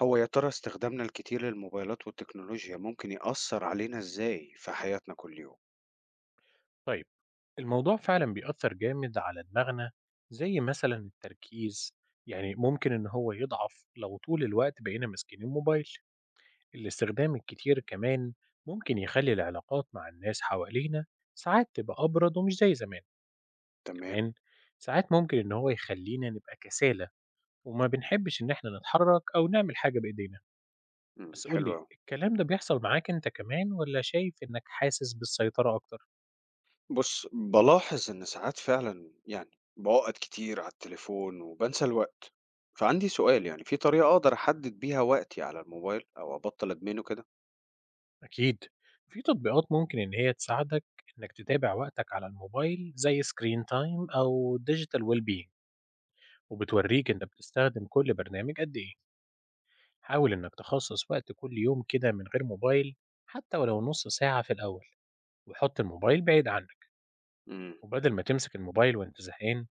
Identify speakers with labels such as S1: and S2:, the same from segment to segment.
S1: هو يا ترى استخدامنا الكتير للموبايلات والتكنولوجيا ممكن يأثر علينا إزاي في حياتنا كل يوم؟
S2: طيب، الموضوع فعلا بيأثر جامد على دماغنا، زي مثلا التركيز. يعني ممكن إن هو يضعف لو طول الوقت بقينا ماسكين الموبايل. الاستخدام الكتير كمان ممكن يخلي العلاقات مع الناس حوالينا ساعات تبقى أبرد ومش زي زمان.
S1: تمام،
S2: كمان ساعات ممكن إن هو يخلينا نبقى كسالى وما بنحبش إن إحنا نتحرك أو نعمل حاجة بإيدينا. بس
S1: حلو
S2: قولي،
S1: أوي.
S2: الكلام ده بيحصل معاك أنت كمان ولا شايف إنك حاسس بالسيطرة أكتر؟
S1: بُص، بالاحظ إن ساعات فعلًا باقعد كتير على التليفون وبانسى الوقت، فعندي سؤال في طريقة أقدر أحدد بيها وقتي على الموبايل أو أبطّل أدمنه كده؟
S2: أكيد في تطبيقات ممكن إن هي تساعدك إنك تتابع وقتك على الموبايل، زي سكرين تايم أو ديجيتال ويل بينج، وبتوريك أنت بتستخدم كل برنامج قد إيه. حاول إنك تخصص وقت كل يوم كده من غير موبايل، حتى ولو نص ساعة في الأول، وحط الموبايل بعيد عنك.
S1: إمم،
S2: وبدل ما تمسك الموبايل وأنت زهقان،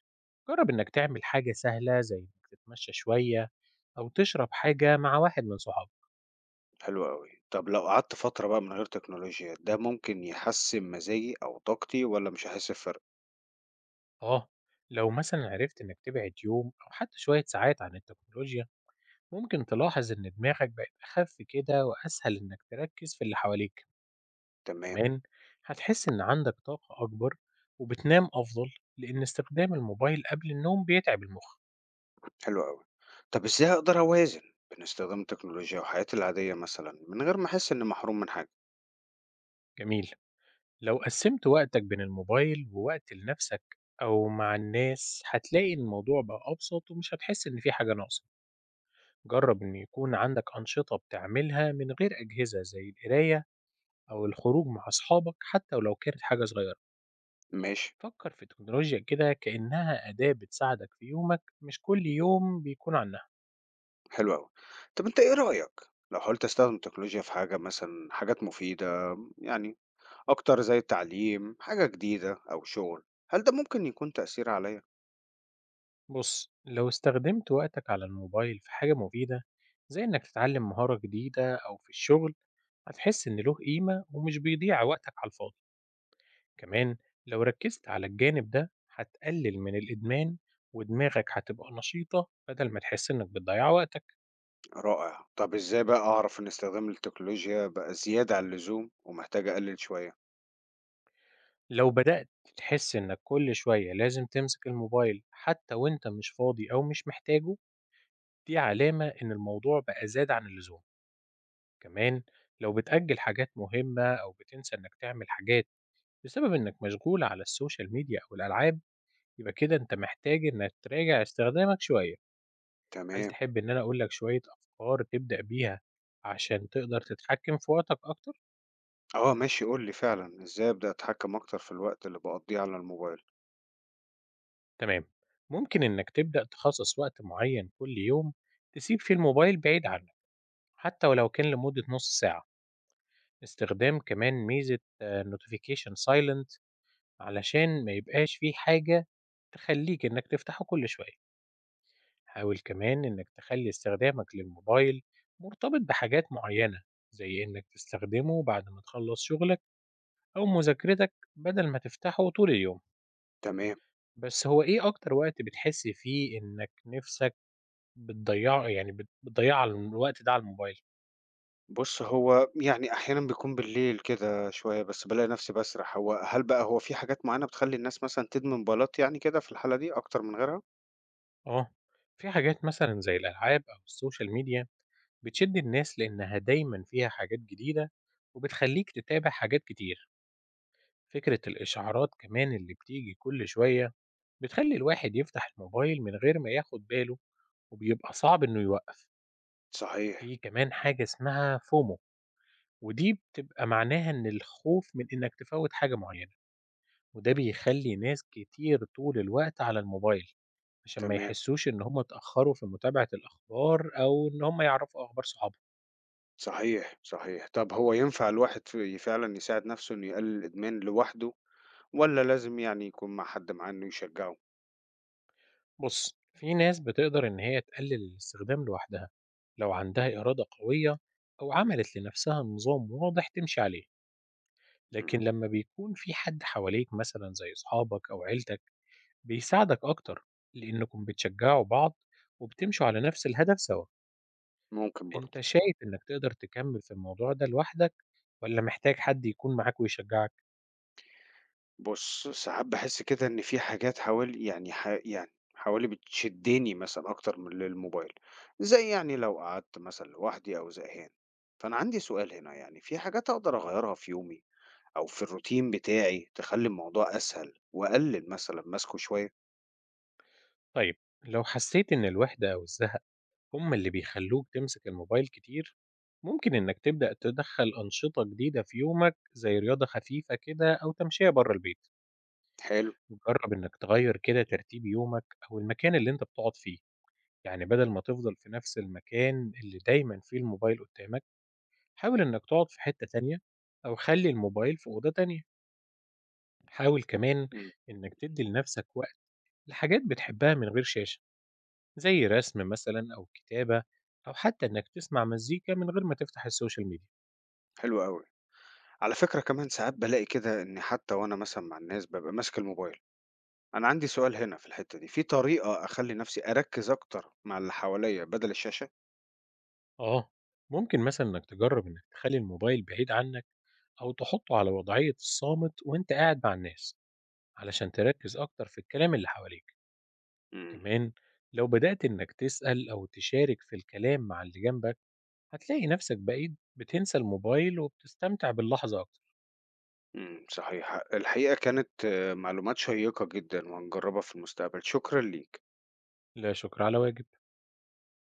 S2: جرب إنك تعمل حاجة سهلة زي إنك تتمشى شوية أو تشرب حاجة مع واحد من صحابك.
S1: حلو أوي. طب لو قعدت فترة بقى من غير تكنولوجيا، ده ممكن يحسّن مزاجي أو طاقتي والّا مش هاحس بفرق؟
S2: آه، لو مثلا عرفت إنك تبعد يوم أو حتى شوية ساعات عن التكنولوجيا، ممكن تلاحظ إن دماغك بقت أخف كده وأسهل إنك تركز في اللي حواليك.
S1: تمام.
S2: كمان هتحس إن عندك طاقة أكبر وبتنام أفضل، لأن استخدام الموبايل قبل النوم بيتعب المخ.
S1: حلو أوي. طب إزاي أقدر أوازن بين استخدام التكنولوجيا وحياتي العادية مثلًا من غير ما أحس إني محروم من حاجة؟
S2: جميل، لو قسمت وقتك بين الموبايل ووقت لنفسك أو مع الناس، هتلاقي إن الموضوع بقى أبسط ومش هتحس إن في حاجة ناقصة. جرب إن يكون عندك أنشطة بتعملها من غير أجهزة، زي القراية أو الخروج مع أصحابك، حتى ولو كانت حاجة صغيرة.
S1: ماشي،
S2: فكر في تكنولوجيا كده كأنها أداة بتساعدك في يومك، مش كل يوم بيكون عنها.
S1: حلو أوي. طب أنت إيه رأيك لو حاولت أستخدم التكنولوجيا في حاجة مثلًا حاجات مفيدة أكتر زي التعليم، حاجة جديدة أو شغل، هل ده ممكن يكون تأثير عليّا؟
S2: بص، لو استخدمت وقتك على الموبايل في حاجة مفيدة، زي إنك تتعلم مهارة جديدة أو في الشغل، هتحس إن له قيمة ومش بيضيع وقتك على الفاضي. كمان لو ركزت على الجانب ده، هتقلل من الإدمان، ودماغك هتبقى نشيطة بدل ما تحس إنك بتضيع وقتك.
S1: رائع. طب إزاي بقى أعرف إن استخدام التكنولوجيا بقى زيادة عن اللزوم ومحتاج أقلل شوية؟
S2: لو بدأت تحس إنك كل شوية لازم تمسك الموبايل حتى وإنت مش فاضي أو مش محتاجه، دي علامة إن الموضوع بقى زاد عن اللزوم. كمان لو بتأجل حاجات مهمة أو بتنسى إنك تعمل حاجات بسبب إنك مشغول على السوشيال ميديا أو الألعاب، يبقى كده أنت محتاج إنك تراجع استخدامك شوية. هل
S1: تمام.
S2: تحب إن أنا أقولك شوية أفكار تبدأ بيها عشان تقدر تتحكم في وقتك أكتر؟
S1: آه ماشي، قُل لي فعلًا إزاي أبدأ أتحكم أكتر في الوقت اللي باقضيه على الموبايل؟
S2: تمام، ممكن إنك تبدأ تخصص وقت معين كل يوم تسيب فيه الموبايل بعيد عنك، حتى ولو كان لمدة نص ساعة. استخدام كمان ميزة نوتيفيكيشن سايلنت علشان ما يبقاش في حاجة تخلّيك إنك تفتحه كل شوية. حاول كمان إنك تخلّي استخدامك للموبايل مرتبط بحاجات معيّنة، زي إنك تستخدمه بعد ما تخلّص شغلك أو مذاكرتك، بدل ما تفتحه طول اليوم.
S1: تمام.
S2: بس هو إيه أكتر وقت بتحس فيه إنك نِفْسك بتضيّعه، يعني بت بتضيّعه على الوقت ده على الموبايل؟
S1: بُص، هو أحيانًا بيكون بالليل كده شوية، بس بالاقي نفسي باسرح. هو هل بقى هو في حاجات معيّنة بتخلّي الناس مثلًا تدمن بلاط كده في الحالة دي أكتر من غيرها؟
S2: آه، في حاجات مثلًا زي الألعاب أو السوشيال ميديا بتشد الناس لإنها دايمًا فيها حاجات جديدة، وبتخلّيك تتابع حاجات كتير. فكرة الإشعارات كمان اللي بتيجي كل شوية بتخلي الواحد يفتح الموبايل من غير ما ياخد باله، وبيبقى صعب إنه يوقف.
S1: صحيح،
S2: في كمان حاجة اسمها فومو، ودي بتبقى معناها إن الخوف من إنك تفوت حاجة معينة، وده بيخلي ناس كتير طول الوقت على الموبايل، عشان ما
S1: تمام،
S2: يحسوش إن هم اتأخروا في متابعة الأخبار أو إن هم يعرفوا أخبار صحابهم.
S1: صحيح، صحيح. طب هو ينفع الواحد فعلًا يساعد نفسه إنه يقلل الإدمان لوحده والّا لازم يكون مع حد معاه إنه يشجعه؟
S2: بص، في ناس بتقدر إن هي تقلل الاستخدام لوحدها لو عندها إرادة قوية، أو عملت لنفسها نظام واضح تمشي عليه. لكن
S1: إمم،
S2: لما بيكون في حد حواليك مثلا زي أصحابك أو عيلتك، بيساعدك أكتر، لأنكم بتشجعوا بعض وبتمشوا على نفس الهدف سوا.
S1: ممكن
S2: أنت
S1: برضه.
S2: شايف إنك تقدر تكمل في الموضوع ده لوحدك، ولا محتاج حد يكون معاك ويشجعك؟
S1: بُص، ساعات باحس كده إن في حاجات حوالي يعني ح يعني حوالي بتشدني مثلًا أكتر من للموبايل، زي لو قعدت مثلًا لوحدي أو زهقان، فأنا عندي سؤال هنا في حاجات أقدر أغيّرها في يومي أو في الروتين بتاعي تخلّي الموضوع أسهل وأقلل مثلًا مَسْكه شوية؟
S2: طيب، لو حسيت إن الوحدة أو الزهق هم اللي بيخلّوك تمسك الموبايل كتير، ممكن إنك تبدأ تدخّل أنشطة جديدة في يومك، زي رياضة خفيفة كده أو تمشية برّه البيت.
S1: حلو،
S2: جرّب إنك تغيّر كده ترتيب يومك أو المكان اللي أنت بتقعد فيه، يعني بدل ما تفضل في نفس المكان اللي دايمًا فيه الموبايل قدّامك، حاول إنك تقعد في حتّة تانية أو خلّي الموبايل في أوضة تانية. حاول كمان
S1: إمم،
S2: إنك تدّي لنفسك وقت لحاجات بتحبها من غير شاشة، زي رسم مثلًا أو كتابة، أو حتى إنك تسمع مزيكا من غير ما تفتح السوشيال ميديا.
S1: حلو أوي. على فكرة كمان ساعات بالاقي كده إن حتى وأنا مثلًا مع الناس بابقى ماسك الموبايل. أنا عندي سؤال هنا في الحتة دي، في طريقة أخلّي نَفْسي أركّز أكتر مع اللي حواليّا بدل الشاشة؟
S2: آه، ممكن مثلًا إنك تجرب إنك تخلّي الموبايل بعيد عنك أو تحطه على وضعية الصامت وأنت قاعد مع الناس، علشان تركّز أكتر في الكلام اللي حواليك.
S1: إمم.
S2: كمان لو بدأت إنك تسأل أو تشارك في الكلام مع اللي جنبك، هتلاقي نفسك بقيت بتنسى الموبايل وبتستمتع باللحظة أكتر.
S1: إمم، صحيح. الحقيقة كانت معلومات شيّقة جدًا وهنجرّبها في المستقبل، شكرًا ليك.
S2: لا شكر على واجب.